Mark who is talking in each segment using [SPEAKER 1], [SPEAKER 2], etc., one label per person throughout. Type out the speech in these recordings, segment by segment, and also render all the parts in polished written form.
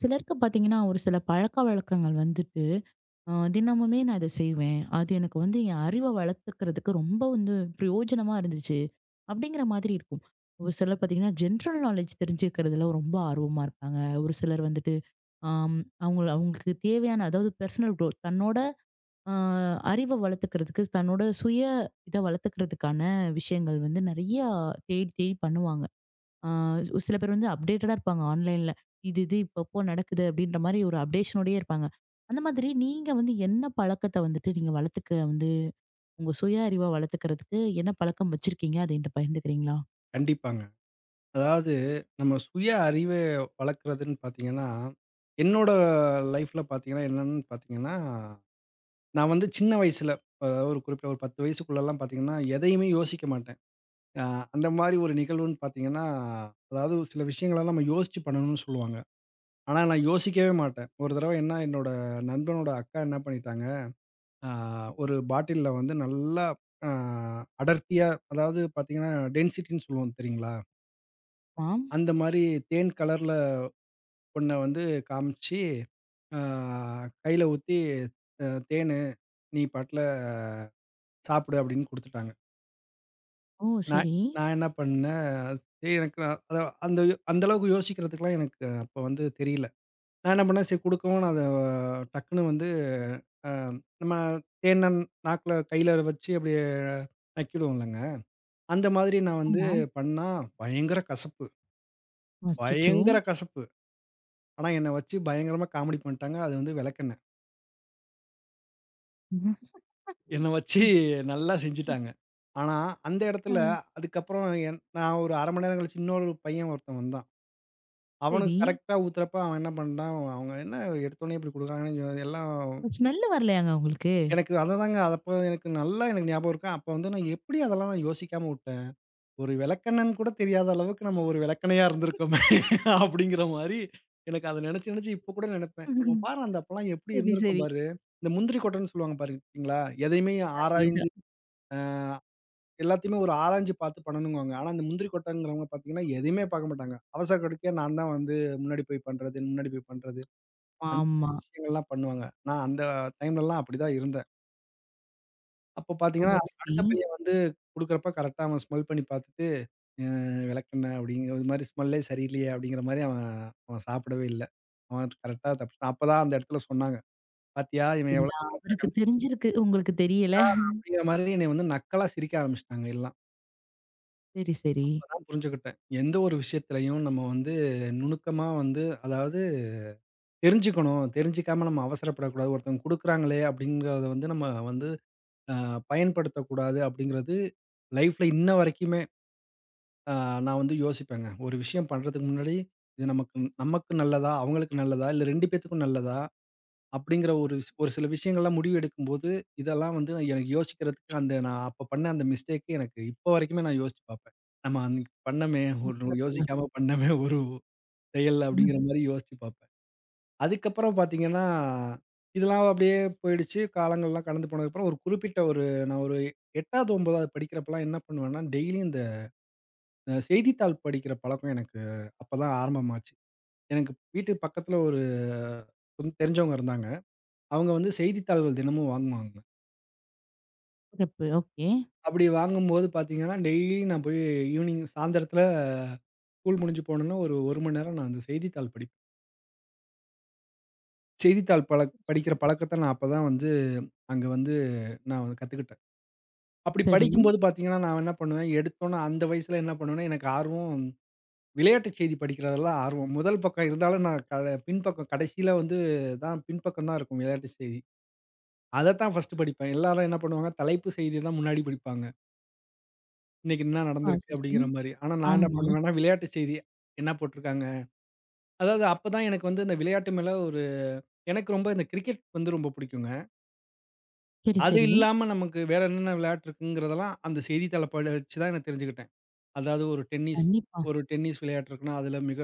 [SPEAKER 1] சிலருக்கு பாத்தீங்கன்னா, ஒரு சில பழக்கவழக்கங்கள் வந்துட்டு, தினமுமே நான் இத செய்வேன். அது எனக்கு வந்து என் அறிவ வளர்த்துக்கிறதுக்கு ரொம்ப வந்து பிரயோஜனமா இருந்துச்சு. அப்படிங்கிற மாதிரி இருக்கும். ஒரு சிலர் பாத்தீங்கன்னா, ஜென்ரல் நாலேட்ஜ் தெரிஞ்சுக்கிறதுல ரொம்ப ஆர்வமா இருப்பாங்க. ஒரு சிலர் வந்துட்டு, ஆம். அவங்கள அவங்களுக்கு தேவையான அதாவது பெர்சனல் குரோத் தன்னோட அ அறிவ வளர்த்துக்கிறதுக்கு, தன்னோட சுய இத வளர்த்துக்கிறதுக்கான விஷயங்கள் வந்து நெறையா தேடி தேடி பண்ணுவாங்க. ஆ, சில பேர் வந்து அப்டேட்டடா இருப்பாங்க ஆன்லைன்ல. இது இது இப்பப்போ நடக்குது அப்டின்ற மாரி ஒரு அப்டேஷனோடயே இருப்பாங்க. அந்த மாதிரி நீங்க வந்து என்ன பழக்கத்த வந்துட்டு நீங்க வளர்த்துக்க வந்து உங்க சுய அறிவா வளர்த்துக்கிறதுக்கு என்ன பழக்கம் வச்சிருக்கீங்க? அத என்ட்ட பகிர்ந்துக்கிறீங்களா?
[SPEAKER 2] கண்டிப்பாங்க. அதாவது நம்ம சுய அறிவ வளர்க்குறதுன்னு பார்த்தீங்கன்னா, என்னோட லைஃப்ல பார்த்தீங்கன்னா என்னன்னு பார்த்தீங்கன்னா, நான் வந்து சின்ன வயசுல அதாவது ஒரு குறிப்பிட்ட ஒரு 10 வயசுக்குள்ளலாம் பார்த்தீங்கன்னா, எதையுமே யோசிக்க மாட்டேன். அ அந்த மாரி ஒரு நிகழ்வுன்னு பார்த்தீங்கன்னா, அதாவது சில விஷயங்களலாம் நம்ம யோசிச்சு பண்ணணும்னு சொல்லுவாங்க. ஆனா நான் யோசிக்கவே மாட்டேன். ஒரு தடவ என்ன என்னோட நண்பனோட அக்கா என்ன பண்ணிட்டாங்க, அ ஒரு பாட்டில்ல வந்து நல்லா அ அடர்த்தியா அதாவது பார்த்தீங்கன்னா டென்சிட்டின்னு சொல்லுவோம் தெரியுங்களா?
[SPEAKER 1] ஆம்.
[SPEAKER 2] அந்த மாரி தேன் கலர்ல பொண்ண வந்து காமிச்சு, ஆ கையில ஊத்தி "தேனு, நீ பாட்டுல சாப்பிடு" அப்படின்னு குடுத்துட்டாங்க.
[SPEAKER 1] ஓ!
[SPEAKER 2] நான்
[SPEAKER 1] சரி.
[SPEAKER 2] நான் என்ன பண்ணேன், சரி எனக்கு நான் அத அந்த அந்த அளவுக்கு யோசிக்கிறதுக்குலாம் எனக்கு அப்ப வந்து தெரியல. நான் என்ன பண்ணேன், சரி குடுக்கவும் நான் அத டக்குன்னு வந்து அ நம்ம தேன நாக்குல கையில வச்சு அப்படியே நக்கிடுவோம்லங்க. அந்த மாதிரி நான் வந்து
[SPEAKER 1] ஆமா.
[SPEAKER 2] பண்ணா பயங்கர கசப்பு,
[SPEAKER 1] அச்சச்சோ!
[SPEAKER 2] பயங்கர கசப்பு. ஆனா, என்ன வச்சு பயங்கரமா காமெடி பண்ணிட்டாங்க. அது வந்து விளக்கெண்ணெய். என்ன வச்சு நல்லா செஞ்சுட்டாங்க. ஆனா, அந்த
[SPEAKER 1] ஆ.
[SPEAKER 2] இடத்துல அதுக்கப்புறம் நான் ஒரு 1/2 மணி நேரம் கழிச்சு இன்னொரு பையன் ஒருத்தன் வந்தான். அவனுக்கு
[SPEAKER 1] சரி.
[SPEAKER 2] கரெக்ட்டா ஊத்துறப்ப அவன் என்ன பண்ணிட்டான், அவங்க என்ன எடுத்தோனே இப்படி குடுக்குறாங்கன்னு எல்லாம்
[SPEAKER 1] ஸ்மெல் வரலையாங்க உங்களுக்கு?
[SPEAKER 2] எனக்கு அததாங்க அப்ப எனக்கு நல்லா எனக்கு ஞாபகம் இருக்கு. அப்ப வந்து நான் எப்படி அதெல்லாம் நான் யோசிக்காம விட்டேன். ஒரு விளக்கண்ணன்னு கூட தெரியாத அளவுக்கு நம்ம ஒரு விளக்கணையா இருந்திருக்கோமே அப்படிங்கிற மாரி எனக்கு அத நினைச்சு நினைச்சு இப்ப கூட நினைப்பேன். நம்ம
[SPEAKER 1] ம்ஹும்.
[SPEAKER 2] பாரு அந்த அப்பலாம் எப்படி
[SPEAKER 1] சரி,
[SPEAKER 2] இருந்திருக்கோம்
[SPEAKER 1] சரி.
[SPEAKER 2] பாரு. இந்த முந்திரி கொட்டைன்னு சொல்லுவாங்க பாத்தீங்களா? எதையுமே ஆராய்ஞ்சு
[SPEAKER 1] அதேதான்.
[SPEAKER 2] எல்லாத்தையுமே ஒரு ஆராய்ஞ்சு பார்த்து பண்ணணுங்குவாங்க. ஆனா, இந்த முந்திரி கொட்டைங்கிறவங்க பார்த்தீங்கன்னா, எதையுமே பார்க்க மாட்டாங்க. அவசர கடைக்கு நான் தான் வந்து முன்னாடி போய் பண்றது, முன்னாடி போய் பண்றது. அந்த மாரி
[SPEAKER 1] ஆமா.
[SPEAKER 2] விஷயங்கள்லாம் பண்ணுவாங்க. நான் அந்த டைம்லலாம் அப்படிதான் இருந்தேன். அப்போ
[SPEAKER 1] ஓ!
[SPEAKER 2] பார்த்தீங்கன்னா,
[SPEAKER 1] சரி.
[SPEAKER 2] அடுத்த பையன் வந்து குடுக்குறப்ப கரெக்ட்டா அவன் ஸ்மெல் பண்ணி பார்த்துட்டு, "அ விளக்கெண்ணெ" அப்படிங்கிற ஒரு மாரி ஸ்மெல்லே சரியில்லையே அப்படிங்கிற மாரி அவன் அவன் சாப்பிடவே இல்ல. அவன் கரெக்ட்டா தப்பிச்சான். அப்பதான் அந்த இடத்துல சொன்னாங்க. "பார்த்தியா இவன் எவ்வளோ
[SPEAKER 1] அப்டிங்களா?
[SPEAKER 2] கரெக்ட்டா
[SPEAKER 1] அவருக்கு
[SPEAKER 2] கண்டுபிடிச்சா"
[SPEAKER 1] தெரிஞ்சிருக்கு. உங்களுக்கு தெரியல.
[SPEAKER 2] அப்படிங்கிற மாரி என்னைய வந்து நக்கலா சிரிக்க ஆரம்பிச்சுட்டாங்க எல்லாம்.
[SPEAKER 1] சரி, சரி.
[SPEAKER 2] நான் புரிஞ்சுக்கிட்டேன். எந்த ஒரு விஷயத்திலயும் நம்ம வந்து நுணுக்கமா வந்து அதாவது தெரிஞ்சுக்கணும். தெரிஞ்சுக்காம நம்ம அவசரப்படக்கூடாது. ஒருத்தவங்க குடுக்குறாங்களே அப்படிங்கிறத வந்து நம்ம வந்து அ பயன்படுத்தக்கூடாது அப்படிங்கிறது லைஃப்ல இன்ன வரைக்குமே அ நான் வந்து யோசிப்பேங்க. ஒரு விஷயம் பண்றதுக்கு முன்னாடி இது நமக்கு நமக்கு நல்லதா? அவங்களுக்கு நல்லதா? இல்ல 2 பேத்துக்கும் நல்லதா? அப்படிங்கிற ஒரு ஒரு சில விஷயங்கள்லாம் முடிவு எடுக்கும்போது, இதெல்லாம் வந்து எனக்கு யோசிக்கிறதுக்கு அந்த நான் அப்ப பண்ண அந்த மிஸ்டேக் எனக்கு இப்போ வரைக்குமே நான் யோசிச்சு பார்ப்பேன். நம்ம அன்னைக்கு பண்ணமே
[SPEAKER 1] ம்,
[SPEAKER 2] ஒரு
[SPEAKER 1] சிறப்புங்க.
[SPEAKER 2] யோசிக்காம பண்ணமே ஒரு செயல்
[SPEAKER 1] ம்,
[SPEAKER 2] அப்படிங்கிற மாரி யோசிச்சு பார்ப்பேன். அதுக்கப்புறம் பார்த்தீங்கன்னா, இதெல்லாம் அப்படியே போயிடுச்சு. காலங்கள்லாம் கடந்து போனதுக்கப்புறம் ஒரு குறிப்பிட்ட ஒரு நான் ஒரு 8வது 9வது படிக்கிறப்பலாம் என்ன பண்ணுவேன்னா, டெய்லியும் இந்த செய்தித்தாள் படிக்கிற பழக்கம் எனக்கு அப்பதான் ஆரம்பமாச்சு. எனக்கு வீட்டு பக்கத்துல ஒரு தெரிஞ்சவங்க இருந்தாங்க. அவங்க வந்து செய்தித்தாள்கள் தினமும் வாங்குவாங்க.
[SPEAKER 1] சிறப்பு. ஓகே.
[SPEAKER 2] அப்படி வாங்கும்போது பார்த்தீங்கன்னா, டெய்லி நான் போய் ஈவினிங் சாயந்தரத்தில ஸ்கூல் முடிஞ்சு போனோனே ஒரு 1 மணி நேரம் நான் அந்த செய்தித்தாள் படிப்பேன். செய்தித்தாள் படிக்கிற பழக்கத்த நான் அப்ப தான் வந்து அங்க வந்து நான் வந்து கத்துக்கிட்டேன். அப்படி
[SPEAKER 1] சரி.
[SPEAKER 2] படிக்கும்போது பார்த்தீங்கன்னா, நான் என்ன பண்ணுவேன், எடுத்தோனே அந்த வயசுல என்ன பண்ணுவேன்னா, எனக்கு ஆர்வம் விளையாட்டு செய்தி படிக்கிறதுல ஆர்வம். முதல் பக்கம் இருந்தாலும் நான் பின்பக்கம் கடைசியில வந்து தான் பின்பக்கம் தான் இருக்கும் விளையாட்டு செய்தி. அத தான் ஃபர்ஸ்ட்டு படிப்பேன். எல்லாரும் என்ன பண்ணுவாங்க, தலைப்பு செய்தி தான் முன்னாடி படிப்பாங்க. இன்னைக்கு என்ன
[SPEAKER 1] ஆ,
[SPEAKER 2] நடந்திருக்கு
[SPEAKER 1] சரி.
[SPEAKER 2] அப்படிங்கிற மாரி. ஆனா நான் என்ன
[SPEAKER 1] ஆமா.
[SPEAKER 2] பண்ணுவேன்னா, விளையாட்டு செய்தி என்ன போட்டிருக்காங்க. அதாவது அப்பதான் எனக்கு வந்து இந்த விளையாட்டு மேல ஒரு எனக்கு ரொம்ப இந்த கிரிக்கெட் வந்து ரொம்ப புடிக்குங்க.
[SPEAKER 1] சரி,
[SPEAKER 2] அது
[SPEAKER 1] சரி.
[SPEAKER 2] இல்லாம நமக்கு வேற என்னென்ன விளையாட்டு இருக்குங்கிறதெல்லாம் அந்த செய்தித்தாள படிச்சு தான் நான் தெரிஞ்சுக்கிட்டேன். அதாவது ஒரு டென்னிஸ்
[SPEAKER 1] கண்டிப்பா.
[SPEAKER 2] ஒரு டென்னிஸ் விளையாட்டு இருக்குன்னா, அதில மிக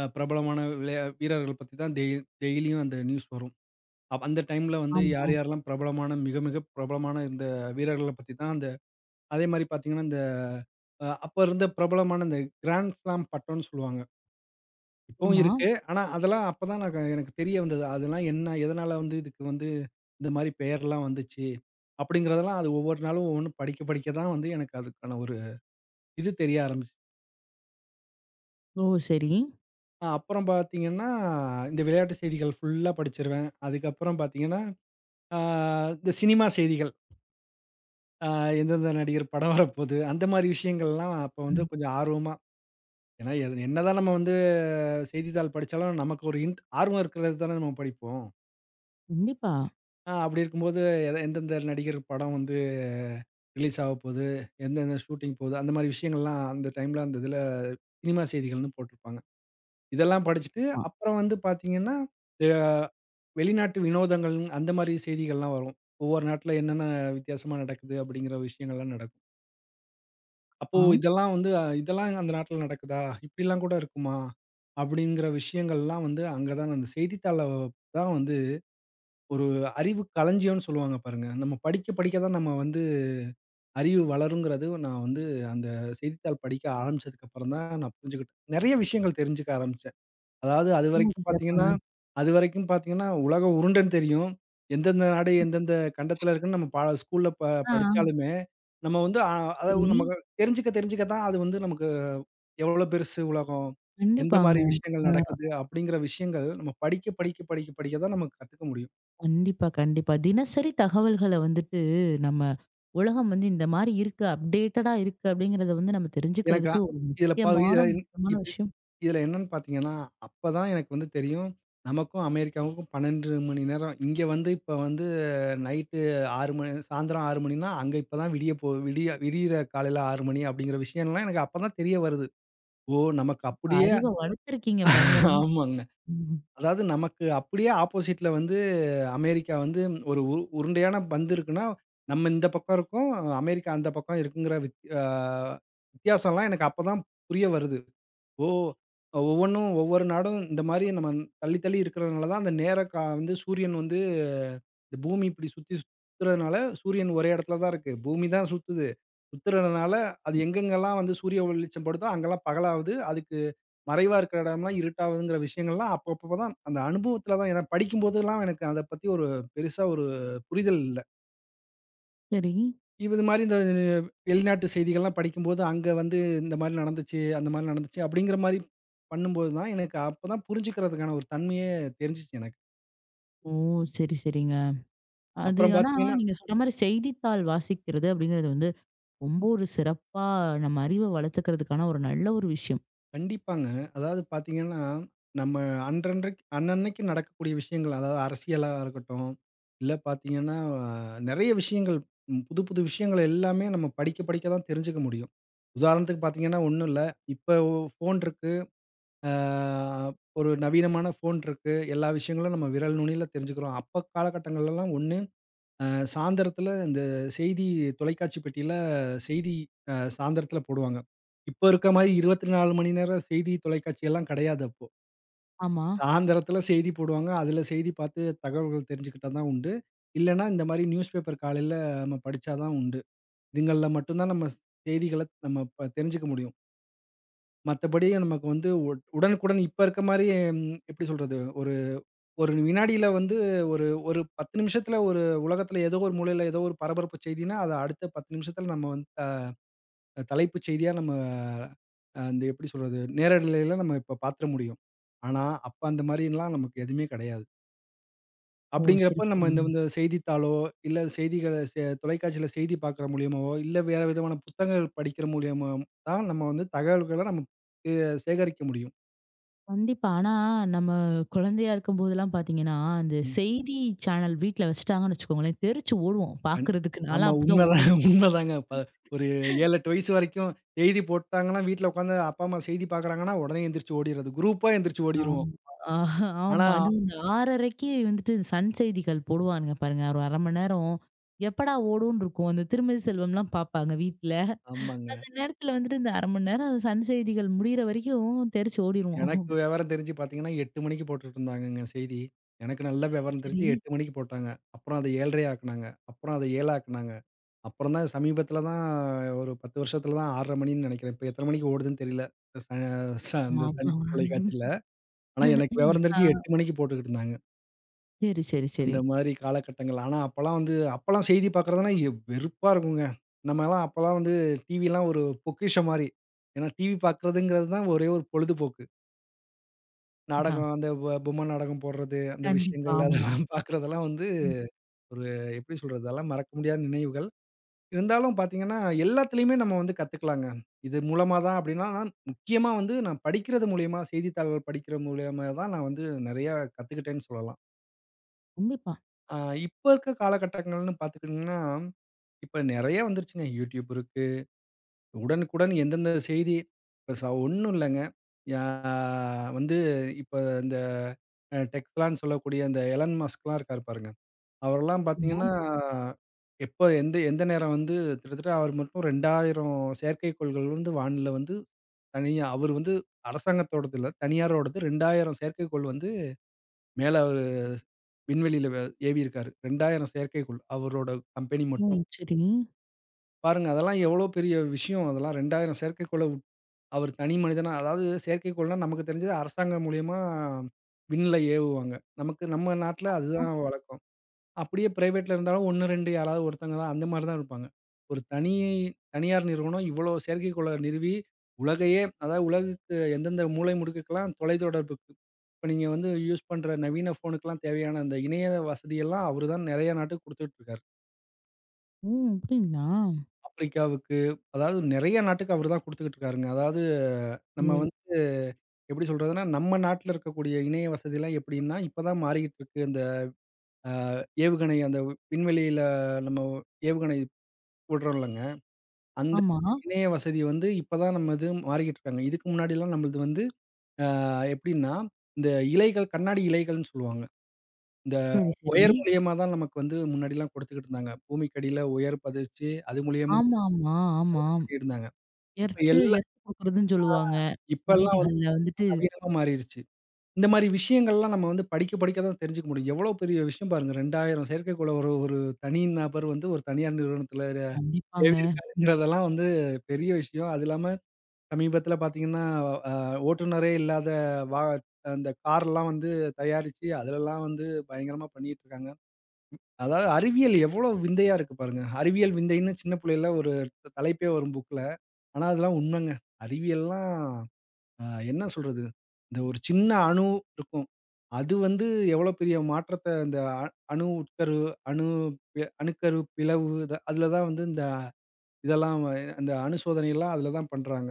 [SPEAKER 2] பிரபலமான வீரர்கள் பத்தி தான் டெய்லியும் அந்த நியூஸ் வரும். அந்த டைம்ல வந்து
[SPEAKER 1] ஆமா.
[SPEAKER 2] யார் யாரெல்லாம் பிரபலமான மிக மிக பிரபலமான இந்த வீரர்கள பத்தி தான் அந்த அதே மாரி பார்த்தீங்கன்னா, இந்த அப்ப இருந்த பிரபலமான இந்த கிராண்ட் ஸ்லாம் பட்டம்னு சொல்லுவாங்க. இப்பவும்
[SPEAKER 1] ஆமா.
[SPEAKER 2] இருக்கு. ஆனா, அதெல்லாம் அப்பதான் நான் எனக்கு தெரிய வந்தது. அதெல்லாம் என்ன? எதனால வந்து இதுக்கு வந்து இந்த மாரி பெயர்லாம் வந்துச்சு? அப்படிங்கிறதெல்லாம் அது ஒவ்வொரு நாளும் ஒவ்வொன்னும் படிக்க படிக்க தான் வந்து எனக்கு அதுக்கான ஒரு இது தெரிய ஆரம்பிச்சுச்சு.
[SPEAKER 1] ஓ! சரி.
[SPEAKER 2] அப்புறம் பார்த்தீங்கன்னா, இந்த விளையாட்டு செய்திகள் ஃபுல்லா படிச்சுருவேன். அதுக்கப்புறம் பார்த்தீங்கன்னா, ஆ இந்த சினிமா செய்திகள். அ எந்தெந்த நடிகர் படம் வரப்போகுது? அந்த மாரி விஷயங்கள்லாம் அப்ப வந்து
[SPEAKER 1] ம்.
[SPEAKER 2] கொஞ்சம் ஆர்வமா ஏன்னா, எது என்னதான் நம்ம வந்து செய்தித்தாள் படிச்சாலும் நமக்கு ஒரு ஆர்வம் இருக்கிறது தானே நம்ம படிப்போம்.
[SPEAKER 1] கண்டிப்பா.
[SPEAKER 2] அப்படி இருக்கும்போது, எந்தெந்த நடிகர் படம் வந்து ரிலீஸ் ஆகப்போது, எந்தெந்த ஷூட்டிங் போது, அந்த மாரி விஷயங்கள்லாம் அந்த டைம்ல அந்த இதுல சினிமா செய்திகள்னு போட்டிருப்பாங்க. இதெல்லாம் படிச்சுட்டு,
[SPEAKER 1] ஆ,
[SPEAKER 2] அப்புறம் வந்து பார்த்தீங்கன்னா, அ வெளிநாட்டு வினோதங்கள் அந்த மாரி செய்திகள்லாம் வரும். ஒவ்வொரு நாட்ல என்னென்ன வித்தியாசமா நடக்குது அப்படிங்கிற விஷயங்கள்லாம் நடக்கும். அப்போ
[SPEAKER 1] ஆம்.
[SPEAKER 2] இதெல்லாம் வந்து இதெல்லாம் அந்த நாட்ல நடக்குதா? இப்படிலாம் கூட இருக்குமா? அப்படிங்கிற விஷயங்கள்லாம் வந்து அங்க தான் அந்த செய்தித்தாள தான் வந்து ஒரு அறிவு களஞ்சியம்னு சொல்லுவாங்க பாருங்க. நம்ம படிக்க படிக்க தான் நம்ம வந்து அறிவு வளருங்கிறது நான் வந்து அந்த செய்தித்தாள் படிக்க ஆரம்பிச்சதுக்கப்புறம் தான் நான் புரிஞ்சுக்கிட்டேன். நெறைய விஷயங்கள் தெரிஞ்சுக்க ஆரம்பிச்சேன். அதாவது
[SPEAKER 1] ம். சிறப்புங்க.
[SPEAKER 2] அதுவரைக்கும் பார்த்தீங்கன்னா, உலகம் உருண்டன்னு தெரியும். எந்தெந்த நாடு எந்தெந்த கண்டத்தில இருக்குன்னு நம்ம ஸ்கூல்ல
[SPEAKER 1] ஆ,
[SPEAKER 2] படிச்சாலுமே, நம்ம வந்து அதாவது
[SPEAKER 1] சரி.
[SPEAKER 2] நமக்கு தெரிஞ்சுக்க தெரிஞ்சுக்க தான் அது வந்து நமக்கு எவ்வளோ பெருசு உலகம், எந்த
[SPEAKER 1] கண்டிப்பாங்க.
[SPEAKER 2] மாரி விஷயங்கள்
[SPEAKER 1] ஆ,
[SPEAKER 2] நடக்குது அப்படிங்கிற விஷயங்கள் நம்ம படிக்க படிக்க படிக்க படிக்க தான் நம்ம கத்துக்க முடியும்.
[SPEAKER 1] கண்டிப்பா, கண்டிப்பா. தினசரி தகவல்கள வந்துட்டு நம்ம உலகம் வந்து இந்த மாரி இருக்கு, அப்டேட்டடா இருக்கு அப்டிங்கிறத வந்து நம்ம
[SPEAKER 2] எனக்கு
[SPEAKER 1] தெரிஞ்சுக்கிறதுக்கு ஒரு
[SPEAKER 2] இதுல
[SPEAKER 1] முக்கியமான,
[SPEAKER 2] இதுல
[SPEAKER 1] முக்கியமான
[SPEAKER 2] இப்
[SPEAKER 1] விஷயம்.
[SPEAKER 2] இதுல என்னன்னு பார்த்தீங்கன்னா, அப்பதான் எனக்கு வந்து தெரியும். நமக்கும் அமெரிக்காவுக்கும் 12 மணி நேரம். இங்க வந்து இப்ப வந்து நைட்டு 6 மணி சாயந்தரம் 6 மணின்னா, அங்க இப்பதான் விடிய விடியிற காலையில 6 மணி அப்படிங்கிற விஷயம்லாம் எனக்கு அப்பதான் தெரிய வருது. ஓ! நமக்கு
[SPEAKER 1] இப்ப
[SPEAKER 2] அப்படியே
[SPEAKER 1] அறிவ வளர்த்துருக்கீங்க பயங்கரமா.
[SPEAKER 2] ஆமாங்க.
[SPEAKER 1] ம்.
[SPEAKER 2] அதாவது நமக்கு அப்படியே ஆப்போசிட்ல வந்து அமெரிக்கா வந்து ஒரு உருண்டையான பந்து இருக்குன்னா, நம்ம இந்த பக்கம் இருக்கோம். அமெரிக்கா அந்த பக்கம் இருக்குங்கிற வித்தியாசம்லாம் எனக்கு அப்பதான் புரிய வருது. ஓ! ஒவ்வொன்னும் ஒவ்வொரு நாடும் இந்த மாரி நம்ம தள்ளி, தள்ளி இருக்கிறதுனால தான் அந்த நேர கா வந்து சூரியன் வந்து இந்த பூமி இப்படி சுத்தி சுத்துறதுனால சூரியன் ஒரே இடத்துல தான் இருக்கு. பூமி தான் சுத்துது. சுத்துறதுனால அது
[SPEAKER 1] ம்.
[SPEAKER 2] எங்கெங்கலாம் வந்து சூரிய வெளிச்சம் படுதோ அங்கலாம் பகலாவுது. அதுக்கு மறைவா இருக்கிற இடம்லாம் இருட்டாவுதுங்கிற விஷயங்கள்லாம் அப்பப்போ தான் அந்த அனுபவத்துல தான் ஏன்னா படிக்கும்போதெல்லாம் எனக்கு அத பத்தி ஒரு பெருசா ஒரு புரிதல் இல்ல.
[SPEAKER 1] சரி.
[SPEAKER 2] இது மாரி இந்த வெளிநாட்டு செய்திகள்லாம் படிக்கும்போது, அங்க வந்து இந்த மாரி நடந்துச்சு, அந்த மாரி நடந்துச்சு அப்படிங்கிற மாரி பண்ணும்போது தான், எனக்கு அப்பதான் புரிஞ்சுக்கிறதுக்கான ஒரு தன்மையே தெரிஞ்சுச்சு எனக்கு.
[SPEAKER 1] ஓ! சரி, சரிங்க. அது
[SPEAKER 2] அப்புறம்
[SPEAKER 1] ஆனா
[SPEAKER 2] பார்த்தீங்கன்னா
[SPEAKER 1] நீங்க சொல்ற மாரி செய்தித்தாள் வாசிக்கிறது அப்படிங்கிறது வந்து ரொம்ப ஒரு சிறப்பா நம்ம அறிவை வளர்த்துக்கிறதுக்கான ஒரு நல்ல ஒரு விஷயம்.
[SPEAKER 2] கண்டிப்பாங்க. அதாவது பார்த்தீங்கன்னா, நம்ம அன்றன்றைக்கு அன்னன்னைக்கு நடக்கக்கூடிய விஷயங்கள், அதாவது அரசியலா இருக்கட்டும், இல்ல பார்த்தீங்கன்னா நெறைய விஷயங்கள், புது புது விஷயங்கள் எல்லாமே நம்ம படிக்க படிக்க தான் தெரிஞ்சுக்க முடியும். உதாரணத்துக்கு பார்த்தீங்கன்னா, ஒண்ணும் இல்ல. இப்ப ஃபோன் இருக்கு. ஆ ஒரு நவீனமான ஃபோன் இருக்கு. எல்லா விஷயங்களும் நம்ம விரல் நுனியில தெரிஞ்சுக்கிறோம். அப்ப காலகட்டங்கள்லலாம் ஒண்ணு அ சாயந்தரத்தில இந்த செய்தி தொலைக்காட்சி பெட்டியில செய்தி சாயந்தரத்தில போடுவாங்க. இப்ப இருக்க மாரி 24 மணி நேரம் செய்தி தொலைக்காட்சி எல்லாம் கிடையாது அப்போ.
[SPEAKER 1] ஆமா.
[SPEAKER 2] சாயந்தரத்தில செய்தி போடுவாங்க. அதில செய்தி பார்த்து தகவல்கள் தெரிஞ்சுக்கிட்டா தான் உண்டு. இல்லன்னா இந்த மாரி நியூஸ் பேப்பர் காலையில நம்ம படிச்சா தான் உண்டு. இதுங்கள்ல மட்டும் தான் நம்ம செய்திகள நம்ம தெரிஞ்சுக்க முடியும். மத்தபடி நமக்கு வந்து உடனுக்குடன் இப்ப இருக்க மாரி ம் எப்படி சொல்றது? ஒரு ஒரு வினாடியில வந்து ஒரு ஒரு 10 நிமிஷத்துல ஒரு உலகத்துல ஏதோ ஒரு மூலையில ஏதோ ஒரு பரபரப்பு செய்தின்னா, அத அடுத்த 10 நிமிஷத்துல நம்ம வந்து தலைப்புச் செய்தியா நம்ம அந்த எப்படி சொல்றது? நேரலையில நம்ம இப்ப பாத்துற முடியும். ஆனா, அப்ப அந்த மாரிலாம் நமக்கு எதுவுமே கெடையாது.
[SPEAKER 1] ஓ!
[SPEAKER 2] அப்படிங்கிறப்ப
[SPEAKER 1] சரி,
[SPEAKER 2] நம்ம இந்த
[SPEAKER 1] சரிங்க.
[SPEAKER 2] இந்த செய்தித்தாளோ, இல்ல செய்திகள தொலைக்காட்சியில செய்தி பாக்குற மூலியமாவோ, இல்ல வேற விதமான புத்தகங்கள் படிக்கிற மூலியமா தான் நம்ம வந்து தகவல்கள நம்ம அ சேகரிக்க முடியும்.
[SPEAKER 1] கண்டிப்பா. ஆனா நம்ம குழந்தையா இருக்கும்போதெல்லாம் பார்த்தீங்கன்னா, அந்த செய்தி சேனல் வீட்ல வச்சுட்டாங்கன்னு வச்சுக்கோங்களேன், தெரிச்சு ஓடுவோம்
[SPEAKER 2] கண்
[SPEAKER 1] பார்க்கறதுக்கு.
[SPEAKER 2] ஆமா.
[SPEAKER 1] நான்லாம் அப்படிதான்
[SPEAKER 2] உண்மதான்
[SPEAKER 1] ஓடுவேன்.
[SPEAKER 2] உண்மதாங்க. ஒரு 7, 8 வயசு வரைக்கும் செய்தி போட்டாங்கன்னா, வீட்ல உட்காந்து அப்பா, அம்மா செய்தி பார்க்குறாங்கன்னா, உடனே எந்திரிச்சு ஓடிர்றது. குரூப்பா எந்திரிச்சு ஓடிருவோம்.
[SPEAKER 1] ஆமா. ஆஹ்,
[SPEAKER 2] ஆனா
[SPEAKER 1] ஆமா. அதுவும் இந்த 6:30க்கு வந்துட்டு இந்த சன் செய்திகள் போடுவானுங்க பாருங்க. ஒரு 1/2 மணி நேரம். எப்படா ஓடும்னு இருக்கும். அந்த திருமதி செல்வம்லாம் பார்ப்பாங்க வீட்ல.
[SPEAKER 2] ஆமாங்க.
[SPEAKER 1] அந்த நேரத்துல வந்துட்டு இந்த 1/2 மணி நேரம் அந்த சன் செய்திகள் முடியிற வரைக்கும் தெறிச்சு ஓடிருவோம்.
[SPEAKER 2] எனக்கு விவரம் தெரிஞ்சு பார்த்தீங்கன்னா, 8 மணிக்கு போட்டுட்டுருந்தாங்கங்க செய்தி. எனக்கு நல்ல விவரம் தெரிஞ்சு
[SPEAKER 1] சரி.
[SPEAKER 2] 8 மணிக்கு போட்டாங்க. அப்புறம் அத 7:30 ஆக்குனாங்க. அப்புறம் அத 7 ஆக்குனாங்க. அப்புறம் தான் சமீபத்தில தான் ஒரு 10 வருஷத்தில தான் 6:30 மணின்னு நெனைக்கிறேன். இப்ப எத்தன மணிக்கு ஓடுதுன்னு தெரியல. ச ச அந்த
[SPEAKER 1] ஆமா,
[SPEAKER 2] சன்
[SPEAKER 1] ஆமா.
[SPEAKER 2] தொலைக்காட்சியில. ஆனா எனக்கு விவரம் தெரிஞ்சு
[SPEAKER 1] ஆ.
[SPEAKER 2] 8 மணிக்கு போட்டுக்கிட்டுருந்தாங்க.
[SPEAKER 1] சரி, சரி, சரி.
[SPEAKER 2] அந்த மாதிரி காலகட்டங்கள். ஆனா, அப்பலாம் வந்து அப்பலாம் செய்தி பார்க்குறதுனா வெறுப்பா இருக்குங்க. நம்மலாம் அப்பலாம் வந்து டிவிலாம் ஒரு பொக்கிஷம் மாரி. ஏன்னா, டிவி பார்க்குறதுங்கிறது தான் ஒரே ஒரு பொழுதுபோக்கு.
[SPEAKER 1] ஆ.
[SPEAKER 2] நாடகம் அந்த பொம்மை நாடகம் போடுறது, அந்த
[SPEAKER 1] கண்டிப்பா.
[SPEAKER 2] விஷயங்கள்
[SPEAKER 1] ஆமா.
[SPEAKER 2] அதெல்லாம் பார்க்குறதெல்லாம் வந்து
[SPEAKER 1] ம்.
[SPEAKER 2] ஒரு எப்படி சொல்றது? அதெல்லாம் மறக்க முடியாத நினைவுகள். இருந்தாலும் பார்த்தீங்கன்னா, எல்லாத்துலயுமே நம்ம வந்து கத்துக்கலாங்க. இது மூலமா தான் அப்படின்னா, நான் முக்கியமா வந்து நான் படிக்கிறது மூலியமா, செய்தித்தாள்கள் படிக்கிற மூலியமா தான் நான் வந்து நெறையா கத்துக்கிட்டேன்னு சொல்லலாம்.
[SPEAKER 1] கண்டிப்பா.
[SPEAKER 2] ஆ இப்ப இருக்க காலகட்டங்கள்னு பார்த்துக்கிட்டீங்கன்னா, இப்ப நெறைய வந்துருச்சுங்க. YouTube இருக்கு. உடனுக்குடன் எந்தெந்த செய்தி இப்ப ஒண்ணும் இல்லங்க. யா வந்து இப்ப இந்த டெக்ஸ்லான்னு சொல்லக்கூடிய அந்த எலன் மஸ்க்லாம் இருக்காரு பாருங்க. அவரெல்லாம்
[SPEAKER 1] ஆமா.
[SPEAKER 2] பார்த்தீங்கன்னா, எப்ப எந்த எந்த நேரம் வந்து கிட்டத்தட்ட அவர் மட்டும் 2000 செயற்கைக்கோள்கள் வந்து வானில வந்து தனியா அவரு வந்து அரசாங்கத்தோடது இல்ல, தனியாரோடது 2000 செயற்கைக்கோள் வந்து மேல அவரு விண்வெளியில ஏவியிருக்காரு. 2000 செயற்கைக்கோள். அவரோட கம்பெனி
[SPEAKER 1] ஓ!
[SPEAKER 2] மட்டும்.
[SPEAKER 1] சரி.
[SPEAKER 2] பாருங்க அதெல்லாம் எவ்வளோ பெரிய விஷயம். அதெல்லாம் 2000 செயற்கைக்கோள அவர் தனி மனிதனா அதாவது செயற்கைக்கோள்னா நமக்கு தெரிஞ்சது அரசாங்கம் மூலியமா விண்ல ஏவுவாங்க. நமக்கு நம்ம நாட்ல
[SPEAKER 1] ஆ.
[SPEAKER 2] அதுதான் வழக்கம். அப்படியே பிரைவேட்ல இருந்தாலும் 1, 2 யாராவது ஒருத்தவங்க தான் அந்த மாரி தான் இருப்பாங்க. ஒரு தனியார் நிறுவனம் இவ்வளோ செயற்கைக்கோள நிறுவி உலகையே அதாவது உலகுக்கு எந்தெந்த மூலை முடுக்குக்கெல்லாம் தொலைத்தொடர்புக்கு இப்ப நீங்க வந்து யூஸ் பண்ற நவீன ஃபோனுக்கெல்லாம் தேவையான அந்த இணைய வசதியெல்லாம் அவரு தான் நெறைய நாட்டுக்கு குடுத்துட்டு இருக்காரு.
[SPEAKER 1] ஓ! அப்டிங்களா?
[SPEAKER 2] ஆப்பிரிக்காவுக்கு அதாவது நெறைய நாட்டுக்கு அவரு தான் குடுத்துக்கிட்டு இருக்காருங்க. அதாவது நம்ம
[SPEAKER 1] ஓய்.
[SPEAKER 2] வந்து எப்படி சொல்றதுன்னா, நம்ம நாட்ல இருக்கக்கூடிய இணைய வசதிலாம் எப்படின்னா, இப்ப தான் மாறிக்கிட்டு இருக்கு. இந்த ஏவுகணை அந்த விண்வெளியில நம்ம ஏவுகணை விடுறோம்லங்க. அந்த
[SPEAKER 1] ஆமா.
[SPEAKER 2] இணைய வசதி வந்து இப்பதான் நம்ம இது மாறிக்கிட்டு இருக்காங்க. இதுக்கு முன்னாடிலாம் நம்மளது வந்து அ எப்படின்னா, இந்த இலைகள் கண்ணாடி இலைகள்ன்னு சொல்லுவாங்க. இந்த
[SPEAKER 1] சரி, சரி.
[SPEAKER 2] ஒயர் மூலியமா தான் நமக்கு வந்து முன்னாடிலாம் கொடுத்துக்கிட்டு இருந்தாங்க. பூமிக்கடியில ஒயர் பதிச்சு, அது மூலியமா
[SPEAKER 1] ஆமா, ஆமா, ஆமா.
[SPEAKER 2] இருந்தாங்க. இப்ப
[SPEAKER 1] எர்த்து
[SPEAKER 2] எல்லா
[SPEAKER 1] எர்த்து குடுக்குறதுன்னு சொல்லுவாங்க.
[SPEAKER 2] இப்பல்லாம் வந்து
[SPEAKER 1] வீடுகள்ல வந்துட்டு
[SPEAKER 2] நவீனமா மாறிருச்சு. இந்த மாரி விஷயங்கள்லாம் நம்ம வந்து படிக்க படிக்க தான் தெரிஞ்சுக்க முடியும். எவ்வளோ பெரிய விஷயம் பாருங்க. 2000 செயற்கைக்கோள ஒரு ஒரு தனி நபர் வந்து ஒரு தனியார் நிறுவனத்தில
[SPEAKER 1] கண்டிப்பாங்க.
[SPEAKER 2] ஏவியிருக்காருங்கிறதெல்லாம் வந்து பெரிய விஷயம். அது இல்லாம சமீபத்தில பார்த்தீங்கன்னா, அ ஓட்டுநரே இல்லாத வா அந்த கார்லாம் வந்து தயாரிச்சு, அதுலலாம் வந்து பயங்கரமா பண்ணிட்டுருக்காங்க. அதாவது அறிவியல் எவ்வளோ விந்தையா இருக்கு பாருங்க. அறிவியல் விந்தைன்னு சின்ன புள்ளையில ஒரு தலைப்பே வரும் புக்ல. ஆனா அதெல்லாம் உண்மைங்க. அறிவியல்லாம் என்ன சொல்றது? இந்த ஒரு சின்ன அணு இருக்கும். அது வந்து எவ்வளோ பெரிய மாற்றத்த இந்த அணு உட்கரு, அணு அணுக்கரு பிளவு, இத அதுல தான் வந்து இந்த இதெல்லாம் அந்த அணு சோதனைலாம் அதுல தான் பண்றாங்க.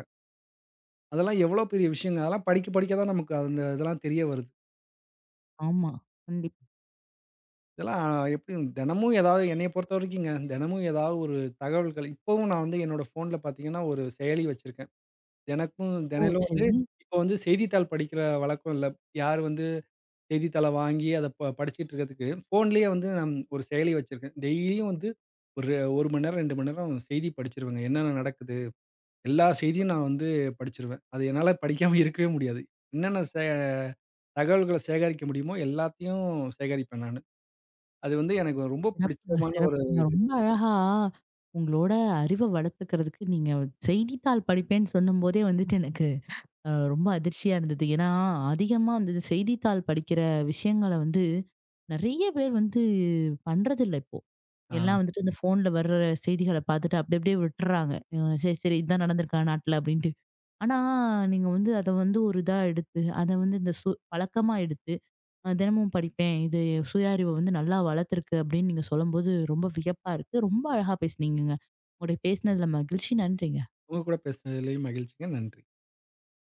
[SPEAKER 2] அதெல்லாம் எவ்வளோ பெரிய விஷயங்க. அதெல்லாம் படிக்க படிக்க தான் நமக்கு அந்த இதெல்லாம் தெரிய வருது.
[SPEAKER 1] ஆமா. கண்டிப்பா.
[SPEAKER 2] இதெல்லாம் எப்படியும் தினமும் ஏதாவது என்னைய பொறுத்தவரைக்குங்க, தினமும் ஏதாவது ஒரு தகவல்கள் இப்பவும் நான் வந்து என்னோட ஃபோன்ல பார்த்தீங்கன்னா, ஒரு செயலி வச்சிருக்கேன். எனக்கும்
[SPEAKER 1] ஓ!
[SPEAKER 2] தினையிலும் வந்து
[SPEAKER 1] சரி.
[SPEAKER 2] இப்போ வந்து செய்தித்தாள் படிக்கிற வழக்கம் இல்ல. யார் வந்து செய்தித்தாள வாங்கி அத படிச்சுட்டு இருக்கிறதுக்கு, ஃபோன்லேயே வந்து நான் ஒரு செயலி வச்சிருக்கேன். டெய்லியும் வந்து ஒரு 1 மணி நேரம், 2 மணி நேரம் செய்தி படிச்சுருவேங்க. என்னென்ன நடக்குது? எல்லா செய்தியும் நான் வந்து படிச்சுருவேன். அது என்னால படிக்காம இருக்கவே முடியாது. என்னென்ன தகவல்கள சேகரிக்க முடியுமோ எல்லாத்தையும் சேகரிப்பேன் நானு. அது வந்து எனக்கு ரொம்ப
[SPEAKER 1] சிறப்புங்க,
[SPEAKER 2] பிடிச்சமான ஒரு
[SPEAKER 1] சிறப்புங்க.
[SPEAKER 2] இது.
[SPEAKER 1] ரொம்ப அழகா உங்களோட அறிவ வளர்த்துக்கிறதுக்கு நீங்க செய்தித்தாள் படிப்பேன்னு சொல்லும்போதே வந்துட்டு எனக்கு ரொம்ப அதிர்ச்சியா இருந்தது. ஏன்னா, அதிகமா வந்து செய்தித்தாள் படிக்கிற விஷயங்கள வந்து நெறைய பேர் வந்து பண்றதில்ல இப்போ.
[SPEAKER 2] ஆ.
[SPEAKER 1] எல்லாம் வந்துட்டு இந்த ஃபோன்ல வர்ற செய்திகள பார்த்துட்டு அப்படி அப்படியே விட்டுர்றாங்க. சரி, சரி இதான் நடந்திருக்கா நாட்டுல அப்படின்ட்டு. ஆனா, நீங்க வந்து அத வந்து ஒரு இதா எடுத்து, அத வந்து இந்த சு பழக்கமா எடுத்து தினமும் படிப்பேன். இது சுய அறிவ வந்து நல்லா வளர்த்துருக்கு அப்படின்னு நீங்க சொல்லும்போது ரொம்ப வியப்பா இருக்கு. ரொம்ப அழகா பேசுனீங்கங்க. உங்களுடைய பேசினதுல மகிழ்ச்சி. நன்றிங்க.
[SPEAKER 2] உங்க கூட பேசுனதுலயும் மகிழ்ச்சிங்க. நன்றி.